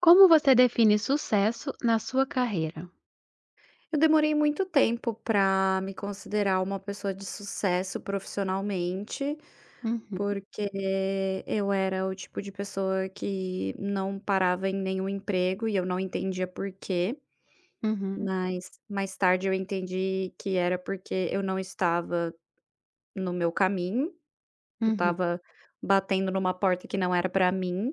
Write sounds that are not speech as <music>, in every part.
Como você define sucesso na sua carreira? Eu demorei muito tempo para me considerar uma pessoa de sucesso profissionalmente, Uhum, porque eu era o tipo de pessoa que não parava em nenhum emprego e eu não entendia por quê, uhum, mas mais tarde eu entendi que era porque eu não estava no meu caminho, eu uhum, estava batendo numa porta que não era para mim.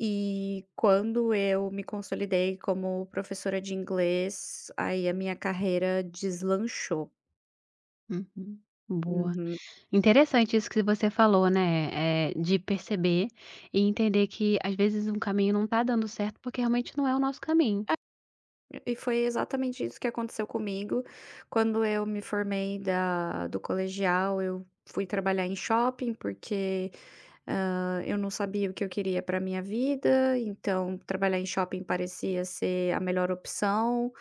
E quando eu me consolidei como professora de inglês, aí a minha carreira deslanchou. uhum. Boa. Uhum. Interessante isso que você falou, né, de perceber e entender que, às vezes, um caminho não tá dando certo, porque realmente não é o nosso caminho. E foi exatamente isso que aconteceu comigo. Quando eu me formei da do colegial, eu fui trabalhar em shopping, porque, eu não sabia o que eu queria para minha vida, então trabalhar em shopping parecia ser a melhor opção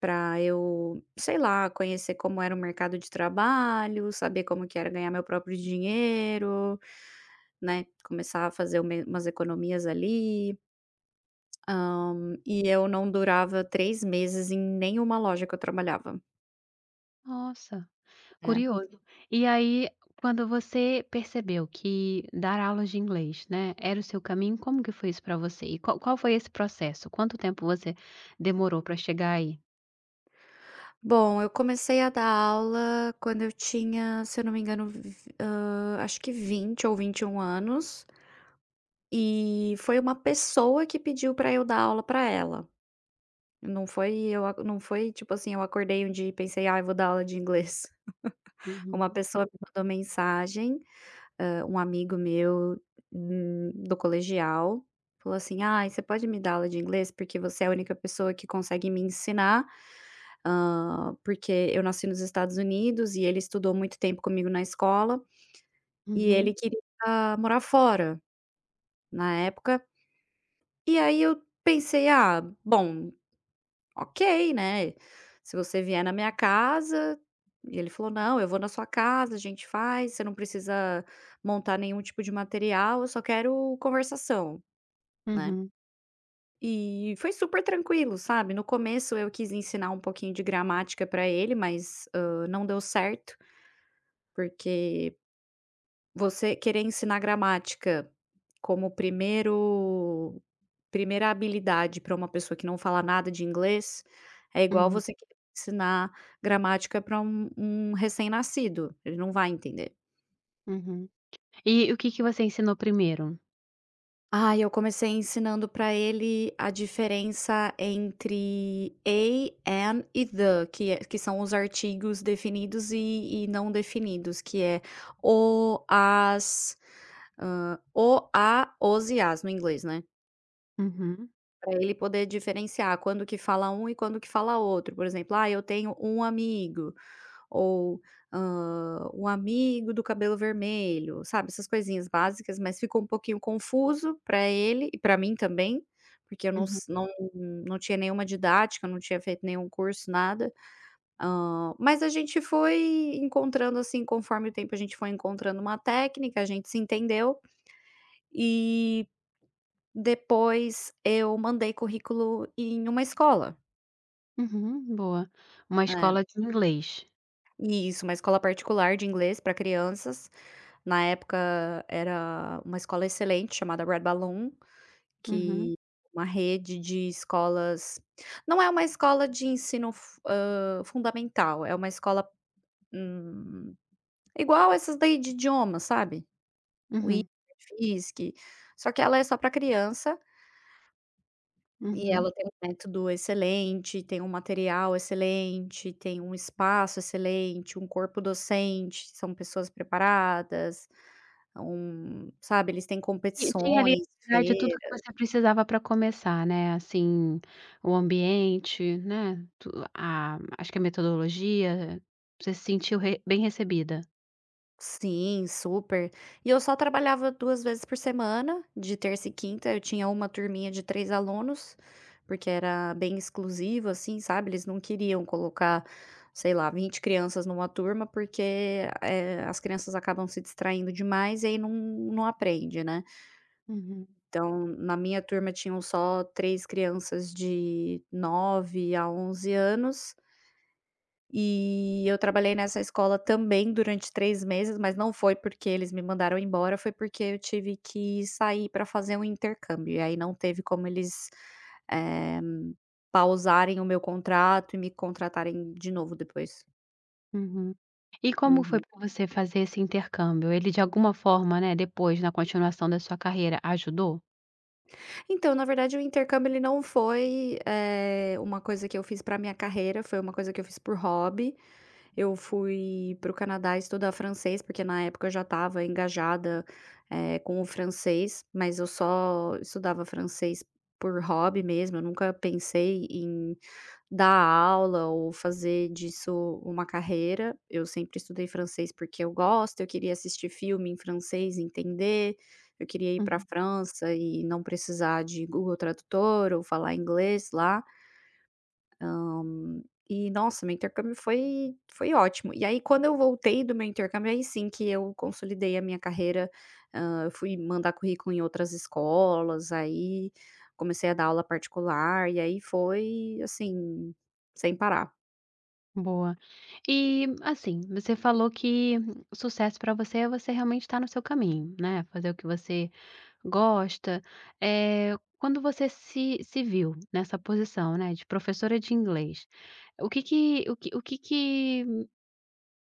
para eu, sei lá, conhecer como era o mercado de trabalho, saber como que era ganhar meu próprio dinheiro, né, começar a fazer ume umas economias ali. Hã, e eu não durava 3 meses em nenhuma loja que eu trabalhava, Nossa, né. curioso. E aí, quando você percebeu que dar aulas de inglês, né, era o seu caminho, como que foi isso pra você? E qual foi esse processo? Quanto tempo você demorou pra chegar aí? Bom, eu comecei a dar aula quando eu tinha, se eu não me engano, acho que 20 ou 21 anos, e foi uma pessoa que pediu pra eu dar aula pra ela. Não foi tipo assim, eu acordei um dia e pensei: "Ai, vou dar aula de inglês". <laughs> Uma Uhum, pessoa me mandou mensagem, um amigo meu, do colegial, falou assim: "Ah, você pode me dar aula de inglês? Porque você é a única pessoa que consegue me ensinar, porque eu nasci nos Estados Unidos e ele estudou muito tempo comigo na escola, e uhum, ele queria, morar fora na época". E aí eu pensei: "Ah, bom, ok, né, se você vier na minha casa". E ele falou: "Não, eu vou na sua casa, a gente faz, você não precisa montar nenhum tipo de material, eu só quero conversação", né. uhum, E foi super tranquilo, sabe. No começo eu quis ensinar um pouquinho de gramática pra ele, mas, não deu certo, porque você querer ensinar gramática como primeiro primeira habilidade para uma pessoa que não fala nada de inglês, é igual uhum. você querer ensinar gramática para um recém-nascido, ele não vai entender. Uhum. E o que que você ensinou primeiro? Ah, eu comecei ensinando para ele a diferença entre a, an e the, que é que são os artigos definidos e não definidos, que é o, as, o, a, os e as no inglês, né. Uhum, Pra ele poder diferenciar quando que fala um e quando que fala outro, por exemplo: "Ah, eu tenho um amigo", ou, "um amigo do cabelo vermelho", sabe, essas coisinhas básicas, mas ficou um pouquinho confuso para ele e para mim também, porque eu uhum, não tinha nenhuma didática, não tinha feito nenhum curso, nada. Mas a gente foi encontrando, assim, conforme o tempo a gente foi encontrando uma técnica, a gente se entendeu, e depois eu mandei currículo em uma escola. uhum, boa. Uma É, escola de inglês. e isso, uma escola particular de inglês para crianças. Na época era uma escola excelente chamada Red Balloon, Uhum, que é uma rede de escolas. Não é uma escola de ensino fundamental, é uma escola, hum, igual essas daí de idioma, sabe? O uhum, IFSC, só que ela é só para criança. E uhum. ela tem um método excelente, tem um material excelente, tem um espaço excelente, um corpo docente, são pessoas preparadas, sabe, eles têm Ti tinha ali, competições. na verdade, tudo que você precisava para começar, né, assim, o ambiente, né, tu a acho que a metodologia, você se sentiu re bem recebida. Sim, super. E eu só trabalhava 2 vezes por semana, de terça e quinta, eu tinha uma turminha de 3 alunos, porque era bem exclusivo, assim, sabe, eles não queriam colocar, sei lá, 20 crianças numa turma, porque, as crianças acabam se distraindo demais e aí não aprende, né. Uhum, Então, na minha turma tinham só 3 crianças de 9 a 11 anos e eu trabalhei nessa escola também durante 3 meses, mas não foi porque eles me mandaram embora, foi porque eu tive que sair para fazer um intercâmbio, e aí não teve como eles, eh, pausarem o meu contrato e me contratarem de novo depois. uhum. E como foi Uhum. para você fazer esse intercâmbio? Ele de alguma forma, né, depois na continuação da sua carreira, ajudou? Então, na verdade, o intercâmbio ele não foi, uma coisa que eu fiz para minha carreira, foi uma coisa que eu fiz por hobby. Eu fui para o Canadá estudar francês, porque na época eu já estava engajada, com o francês, mas eu só estudava francês por hobby mesmo, eu nunca pensei em dar aula ou fazer disso uma carreira. Eu sempre estudei francês porque eu gosto, eu queria assistir filme em francês e entender, eu queria ir para a Uhum. França e não precisar de Google Tradutor ou falar inglês lá. Hum, E nossa, meu intercâmbio foi ótimo. E aí quando eu voltei do meu intercâmbio, aí sim que eu consolidei a minha carreira, eu fui mandar currículo em outras escolas, aí comecei a dar aula particular, e aí foi, assim, sem parar. Boa. E, assim, você falou que o sucesso para você é você realmente estar no seu caminho, né, fazer o que você gosta. Quando você se viu nessa posição, né, de professora de inglês, o que que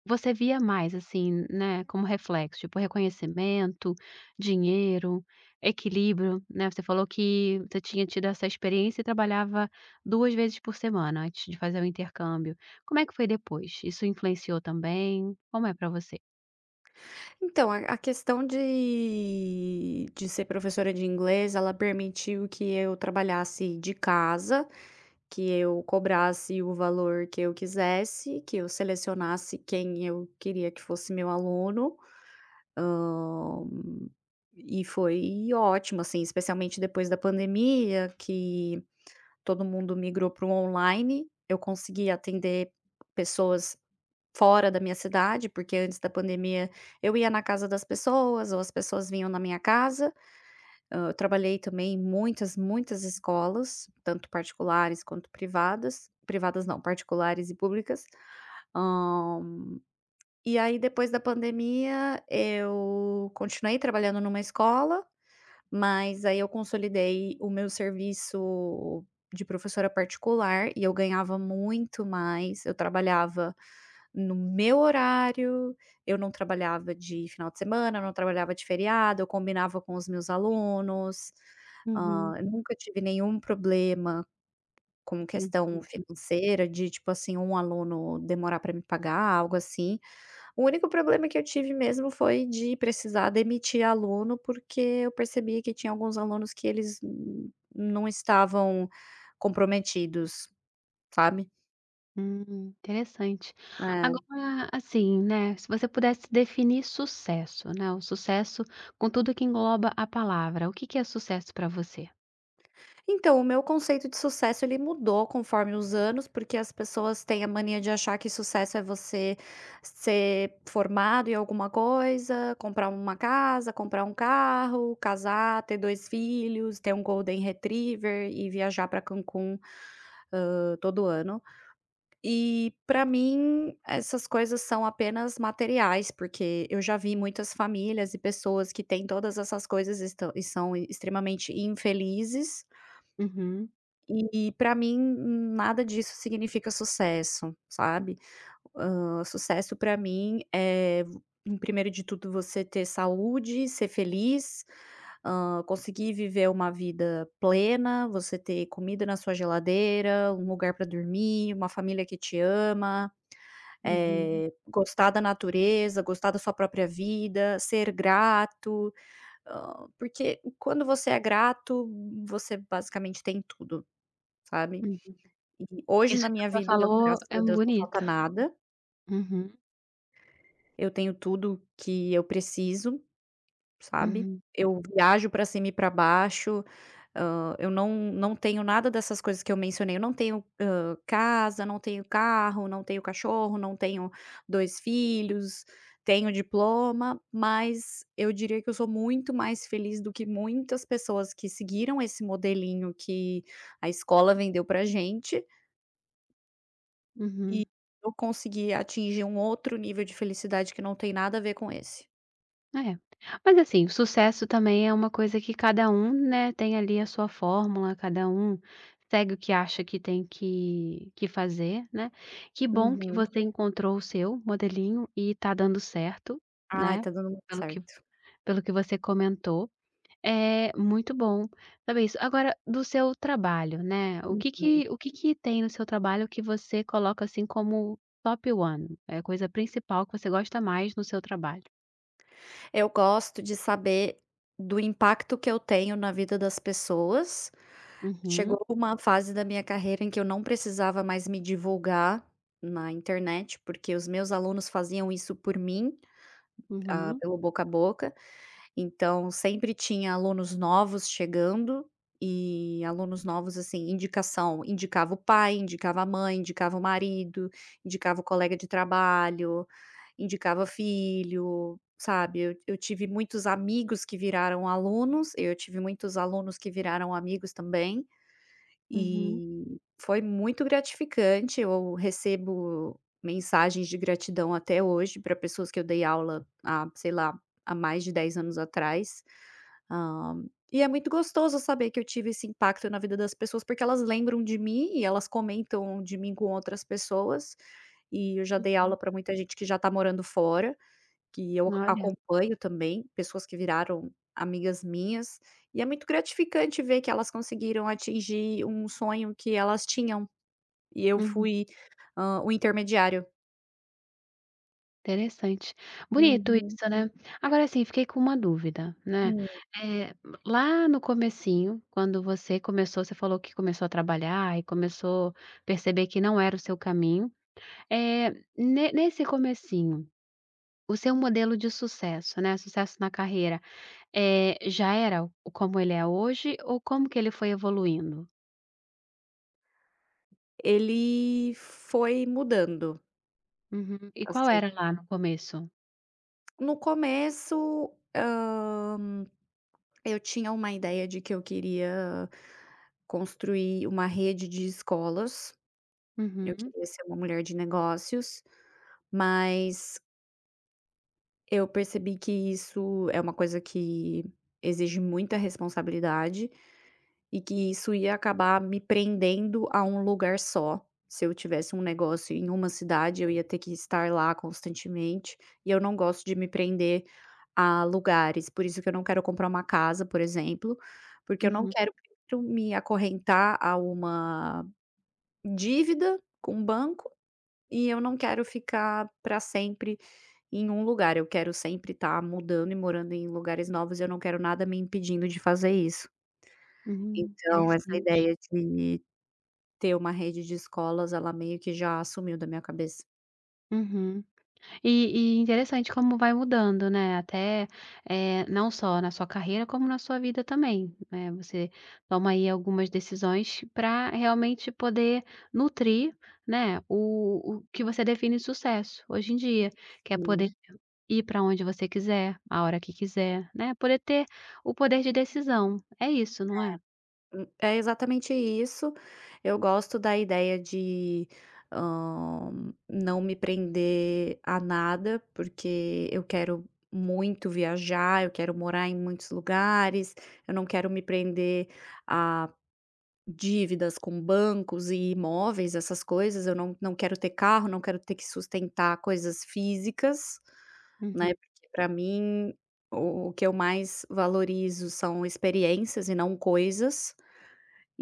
você via mais, assim, né, como reflexo, tipo reconhecimento, dinheiro, equilíbrio, né, você falou que você tinha tido essa experiência e trabalhava 2 vezes por semana antes de fazer o intercâmbio. Como é que foi depois? Isso influenciou também? Como é para você? Então, a questão de ser professora de inglês, ela permitiu que eu trabalhasse de casa, que eu cobrasse o valor que eu quisesse, que eu selecionasse quem eu queria que fosse meu aluno, hã, e foi ótimo, assim, especialmente depois da pandemia, que todo mundo migrou para o online, eu consegui atender pessoas fora da minha cidade, porque antes da pandemia eu ia na casa das pessoas ou as pessoas vinham na minha casa. Eu trabalhei também em muitas, muitas escolas, tanto particulares quanto privadas. Privadas não, particulares e públicas. Hã, e aí depois da pandemia eu continuei trabalhando numa escola, mas aí eu consolidei o meu serviço de professora particular e eu ganhava muito mais, eu trabalhava no meu horário, eu não trabalhava de final de semana, eu não trabalhava de feriado, eu combinava com os meus alunos, Uhum. Eu nunca tive nenhum problema com questão Uhum. financeira de, tipo assim, um aluno demorar para me pagar, algo assim. O único problema que eu tive mesmo foi de precisar demitir aluno, porque eu percebi que tinha alguns alunos que eles n não estavam comprometidos, sabe. Interessante. É. Agora, assim, né, se você pudesse definir sucesso, né, o sucesso com tudo que engloba a palavra, o que que é sucesso para você? Então, o meu conceito de sucesso ele mudou conforme os anos, porque as pessoas têm a mania de achar que sucesso é você ser formado em alguma coisa, comprar uma casa, comprar um carro, casar, ter 2 filhos, ter um golden retriever e viajar para Cancún, todo ano. E para mim essas coisas são apenas materiais, porque eu já vi muitas famílias e pessoas que têm todas essas coisas estão e são extremamente infelizes, Uhum. e para mim nada disso significa sucesso, sabe. Sucesso para mim é em primeiro de tudo você ter saúde, ser feliz, conseguir viver uma vida plena, você ter comida na sua geladeira, um lugar para dormir, uma família que te ama. Uhum. Gostar da natureza, gostar da sua própria vida, ser grato, porque quando você é grato, você basicamente tem tudo, sabe. Uhum. E hoje Isso na que minha você vida, eu, falou graças é a um Deus, não falta bonito. nada, Uhum, eu tenho tudo que eu preciso. Sabe? uhum, Eu viajo para cima e para baixo, eu não tenho nada dessas coisas que eu mencionei, eu não tenho, casa, não tenho carro, não tenho cachorro, não tenho 2 filhos, tenho diploma, mas eu diria que eu sou muito mais feliz do que muitas pessoas que seguiram esse modelinho que a escola vendeu pra gente, e uhum. eu consegui atingir um outro nível de felicidade que não tem nada a ver com esse. É. Mas assim, o sucesso também é uma coisa que cada um, né, tem ali a sua fórmula, cada um segue o que acha que tem que fazer, né. Que bom que Uhum. você encontrou o seu modelinho e tá dando certo, Ai, né, tá dando muito pelo que certo. pelo que você comentou. É, muito bom saber isso. Agora, do seu trabalho, né, o que Uhum. que o que que tem no seu trabalho que você coloca, assim, como top one. É a coisa principal que você gosta mais no seu trabalho? Eu gosto de saber do impacto que eu tenho na vida das pessoas. Uhum, Chegou uma fase da minha carreira em que eu não precisava mais me divulgar na internet, porque os meus alunos faziam isso por mim, uhum, pelo boca a boca. Então, sempre tinha alunos novos chegando e alunos novos, assim, indicação, indicava o pai, indicava a mãe, indicava o marido, indicava o colega de trabalho, indicava filho, sabe. Eu tive muitos amigos que viraram alunos, eu tive muitos alunos que viraram amigos também. uhum, E foi muito gratificante, eu recebo mensagens de gratidão até hoje para pessoas que eu dei aula há, sei lá, há mais de 10 anos atrás. Hã, e é muito gostoso saber que eu tive esse impacto na vida das pessoas, porque elas lembram de mim e elas comentam de mim com outras pessoas, e eu já dei aula uhum. para muita gente que já está morando fora. Que eu Olha, acompanho também, pessoas que viraram amigas minhas, e é muito gratificante ver que elas conseguiram atingir um sonho que elas tinham, e eu uhum, fui, o intermediário. interessante. Bonito Uhum. isso, né. Agora, sim, fiquei com uma dúvida, né, Hum. eh, lá no comecinho, quando você começou você falou que começou a trabalhar e começou a perceber que não era o seu caminho. Eh, ne nesse comecinho, o seu modelo de sucesso, né, sucesso na carreira, já era o como ele é hoje ou como que ele foi evoluindo? Ele foi mudando, Uhum. E qual assim. era lá no começo? No começo, eu tinha uma ideia de que eu queria construir uma rede de escolas, eu Uhum, queria ser uma mulher de negócios, mas eu percebi que isso é uma coisa que exige muita responsabilidade e que isso ia acabar me prendendo a um lugar só. Se eu tivesse um negócio em uma cidade, eu ia ter que estar lá constantemente, e eu não gosto de me prender a lugares. Por isso que eu não quero comprar uma casa, por exemplo, porque eu não uhum, quero primeiro me acorrentar a uma dívida com o banco e eu não quero ficar para sempre em um lugar, eu quero sempre estar mudando e morando em lugares novos, e eu não quero nada me impedindo de fazer isso. uhum. Então essa Interessante. ideia de ter uma rede de escolas, ela meio que já sumiu da minha cabeça. Uhum. E interessante como vai mudando, né, até, não só na sua carreira como na sua vida também, né, você toma aí algumas decisões para realmente poder nutrir, né, o que você define sucesso hoje em dia, que é Sim, poder ir para onde você quiser, a hora que quiser, né, poder ter o poder de decisão. É isso, não é? É exatamente isso. Eu gosto da ideia de, hã, não me prender a nada, porque eu quero muito viajar, eu quero morar em muitos lugares, eu não quero me prender a dívidas com bancos e imóveis, essas coisas, eu não quero ter carro, não quero ter que sustentar coisas físicas, né, Uhum, porque pra mim o que eu mais valorizo são experiências e não coisas.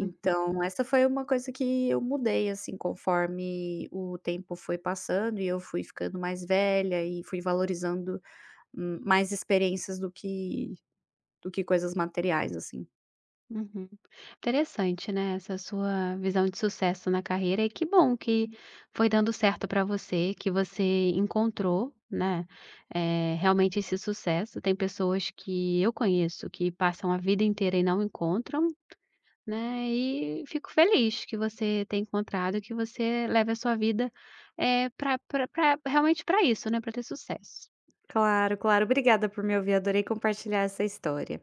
uhum. essa foi uma coisa que eu mudei, assim, conforme o tempo foi passando e eu fui ficando mais velha e fui valorizando, mais experiências do que coisas materiais, assim. Uhum. Interessante, né, essa sua visão de sucesso na carreira e que bom que foi dando certo para você, que você encontrou, né, realmente esse sucesso. Tem pessoas que eu conheço que passam a vida inteira e não encontram, né, e fico feliz que você tenha encontrado, que você leve a sua vida, é para pra realmente para isso, né, para ter sucesso. Claro, claro. Obrigada por me ouvir. Adorei compartilhar essa história.